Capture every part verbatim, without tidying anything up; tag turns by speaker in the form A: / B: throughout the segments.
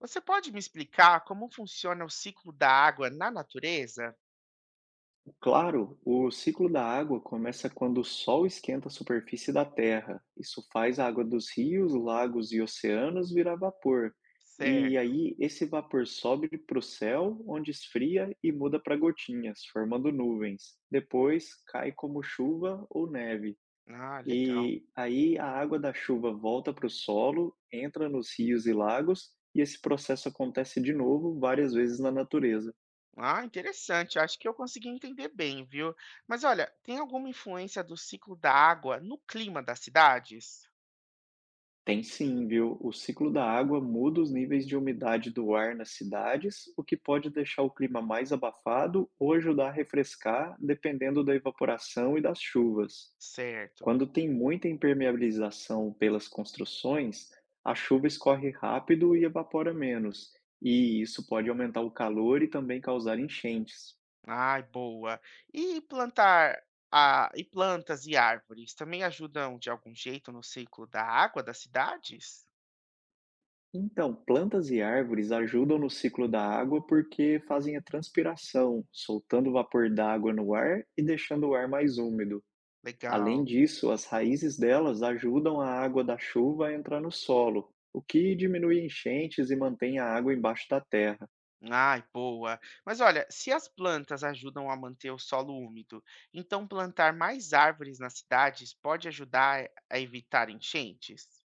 A: Você pode me explicar como funciona o ciclo da água na natureza?
B: Claro, o ciclo da água começa quando o sol esquenta a superfície da Terra. Isso faz a água dos rios, lagos e oceanos virar vapor. E
A: Certo.
B: aí, esse vapor sobe para o céu, onde esfria e muda para gotinhas, formando nuvens. Depois, cai como chuva ou neve.
A: Ah, legal.
B: E aí, a água da chuva volta para o solo, entra nos rios e lagos, e esse processo acontece de novo várias vezes na natureza.
A: Ah, interessante. Acho que eu consegui entender bem, viu? Mas olha, tem alguma influência do ciclo da água no clima das cidades?
B: Tem sim, viu? O ciclo da água muda os níveis de umidade do ar nas cidades, o que pode deixar o clima mais abafado ou ajudar a refrescar, dependendo da evaporação e das chuvas.
A: Certo.
B: Quando tem muita impermeabilização pelas construções, a chuva escorre rápido e evapora menos, e isso pode aumentar o calor e também causar enchentes.
A: Ai, boa. E plantar a, e plantas e árvores também ajudam de algum jeito no ciclo da água das cidades?
B: Então, plantas e árvores ajudam no ciclo da água porque fazem a transpiração, soltando o vapor d'água no ar e deixando o ar mais úmido. Além
A: Legal.
B: disso, as raízes delas ajudam a água da chuva a entrar no solo, o que diminui enchentes e mantém a água embaixo da terra.
A: Ai, boa. Mas olha, se as plantas ajudam a manter o solo úmido, então plantar mais árvores nas cidades pode ajudar a evitar enchentes?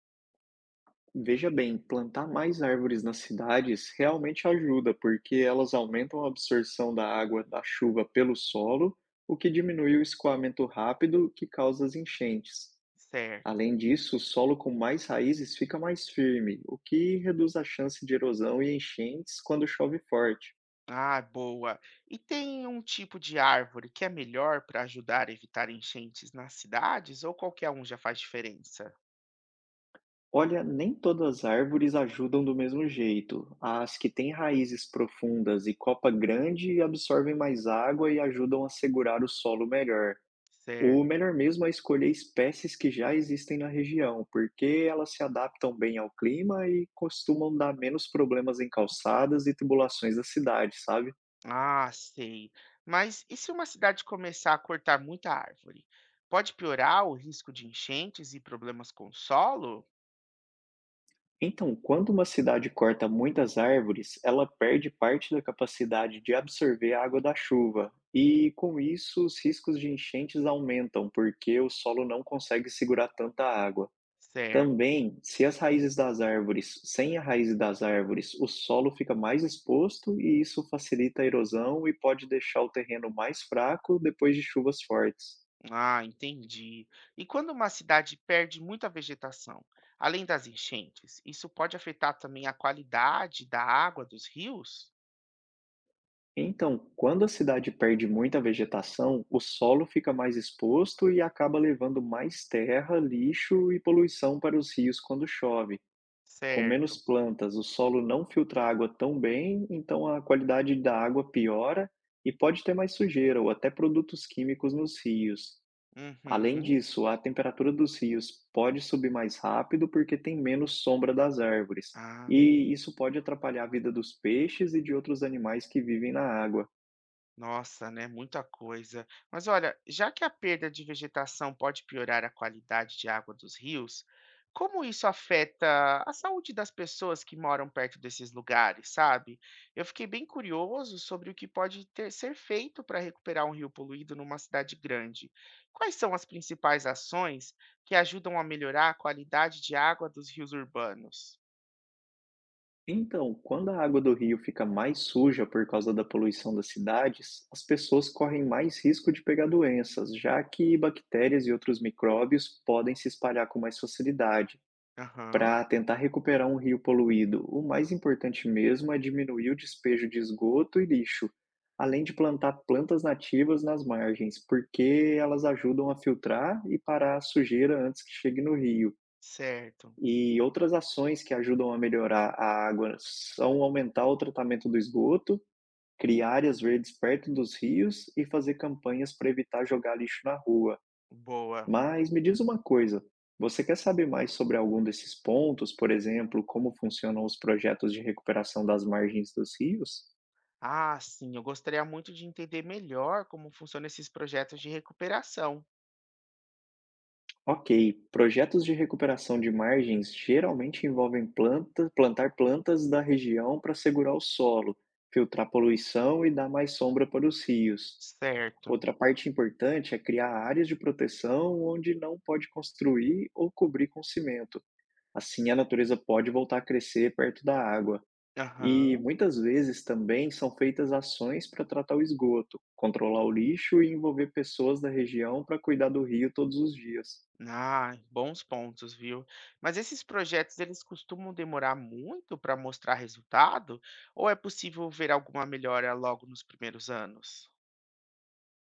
B: Veja bem, plantar mais árvores nas cidades realmente ajuda, porque elas aumentam a absorção da água da chuva pelo solo, o que diminui o escoamento rápido que causa as enchentes.
A: Certo.
B: Além disso, o solo com mais raízes fica mais firme, o que reduz a chance de erosão e enchentes quando chove forte.
A: Ah, boa. E tem um tipo de árvore que é melhor para ajudar a evitar enchentes nas cidades ou qualquer um já faz diferença?
B: Olha, nem todas as árvores ajudam do mesmo jeito. As que têm raízes profundas e copa grande absorvem mais água e ajudam a segurar o solo melhor. O
A: Certo.
B: melhor mesmo é escolher espécies que já existem na região, porque elas se adaptam bem ao clima e costumam dar menos problemas em calçadas e tubulações da cidade, sabe?
A: Ah, sei. Mas e se uma cidade começar a cortar muita árvore? Pode piorar o risco de enchentes e problemas com o solo?
B: Então, quando uma cidade corta muitas árvores, ela perde parte da capacidade de absorver a água da chuva, e com isso os riscos de enchentes aumentam, porque o solo não consegue segurar tanta água.
A: Certo.
B: Também, se as raízes das árvores, sem a raiz das árvores, o solo fica mais exposto e isso facilita a erosão e pode deixar o terreno mais fraco depois de chuvas fortes.
A: Ah, entendi. E quando uma cidade perde muita vegetação, além das enchentes, isso pode afetar também a qualidade da água dos rios?
B: Então, quando a cidade perde muita vegetação, o solo fica mais exposto e acaba levando mais terra, lixo e poluição para os rios quando chove. Com menos
A: Certo.
B: plantas, o solo não filtra a água tão bem, então a qualidade da água piora e pode ter mais sujeira ou até produtos químicos nos rios. Além
A: Uhum.
B: disso, a temperatura dos rios pode subir mais rápido porque tem menos sombra das árvores,
A: Ah.
B: e isso pode atrapalhar a vida dos peixes e de outros animais que vivem na água.
A: Nossa, né? Muita coisa. Mas olha, já que a perda de vegetação pode piorar a qualidade de água dos rios, como isso afeta a saúde das pessoas que moram perto desses lugares, sabe? Eu fiquei bem curioso sobre o que pode ter, ser feito para recuperar um rio poluído numa cidade grande. Quais são as principais ações que ajudam a melhorar a qualidade de água dos rios urbanos?
B: Então, quando a água do rio fica mais suja por causa da poluição das cidades, as pessoas correm mais risco de pegar doenças, já que bactérias e outros micróbios podem se espalhar com mais facilidade.
A: Aham,
B: Para tentar recuperar um rio poluído, o mais importante mesmo é diminuir o despejo de esgoto e lixo, além de plantar plantas nativas nas margens, porque elas ajudam a filtrar e parar a sujeira antes que chegue no rio.
A: certo.
B: E outras ações que ajudam a melhorar a água são aumentar o tratamento do esgoto, criar áreas verdes perto dos rios e fazer campanhas para evitar jogar lixo na rua.
A: Boa.
B: Mas me diz uma coisa, você quer saber mais sobre algum desses pontos, por exemplo, como funcionam os projetos de recuperação das margens dos rios?
A: Ah, sim, eu gostaria muito de entender melhor como funcionam esses projetos de recuperação.
B: Ok, projetos de recuperação de margens geralmente envolvem planta- plantar plantas da região para segurar o solo, filtrar poluição e dar mais sombra para os rios.
A: Certo.
B: Outra parte importante é criar áreas de proteção onde não pode construir ou cobrir com cimento. Assim, a natureza pode voltar a crescer perto da água. E
A: Aham.
B: muitas vezes também são feitas ações para tratar o esgoto, controlar o lixo e envolver pessoas da região para cuidar do rio todos os dias.
A: Ah, bons pontos, viu? Mas esses projetos, eles costumam demorar muito para mostrar resultado? Ou é possível ver alguma melhora logo nos primeiros anos?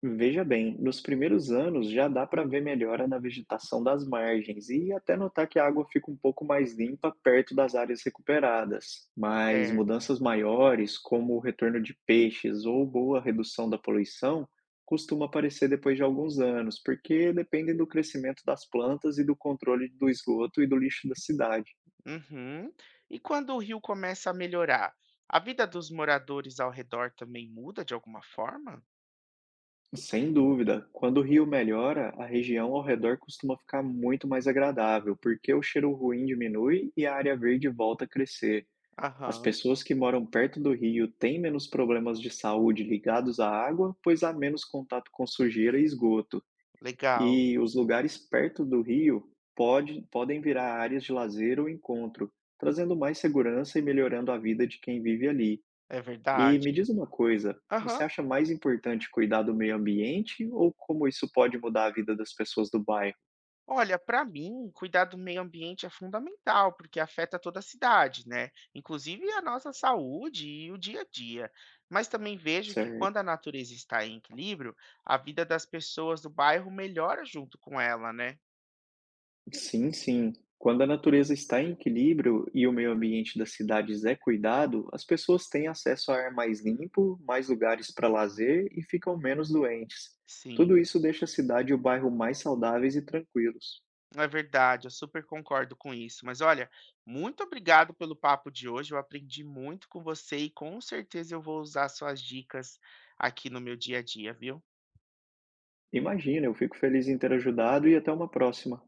B: Veja bem, nos primeiros anos já dá para ver melhora na vegetação das margens e até notar que a água fica um pouco mais limpa perto das áreas recuperadas. Mas
A: Certo.
B: mudanças maiores, como o retorno de peixes ou boa redução da poluição, costuma aparecer depois de alguns anos, porque dependem do crescimento das plantas e do controle do esgoto e do lixo da cidade.
A: Uhum. E quando o rio começa a melhorar, a vida dos moradores ao redor também muda de alguma forma?
B: Sem dúvida, quando o rio melhora, a região ao redor costuma ficar muito mais agradável, porque o cheiro ruim diminui e a área verde volta a crescer. As
A: Aham.
B: pessoas que moram perto do rio têm menos problemas de saúde ligados à água, pois há menos contato com sujeira e esgoto.
A: Legal.
B: E os lugares perto do rio pode- podem virar áreas de lazer ou encontro, trazendo mais segurança e melhorando a vida de quem vive ali.
A: É
B: E
A: verdade.
B: me diz uma coisa, você
A: Aham.
B: acha mais importante cuidar do meio ambiente ou como isso pode mudar a vida das pessoas do bairro?
A: Olha, para mim, cuidar do meio ambiente é fundamental, porque afeta toda a cidade, né? Inclusive a nossa saúde e o dia a dia. Mas também vejo que quando a
B: Certo.
A: natureza está em equilíbrio, a vida das pessoas do bairro melhora junto com ela, né?
B: Sim, sim. Quando a natureza está em equilíbrio e o meio ambiente das cidades é cuidado, as pessoas têm acesso a ar mais limpo, mais lugares para lazer e ficam menos doentes. Tudo
A: Sim,
B: isso deixa a cidade e o bairro mais saudáveis e tranquilos.
A: é verdade, eu super concordo com isso. Mas olha, muito obrigado pelo papo de hoje, eu aprendi muito com você e com certeza eu vou usar suas dicas aqui no meu dia a dia, viu?
B: Imagina, eu fico feliz em ter ajudado e até uma próxima.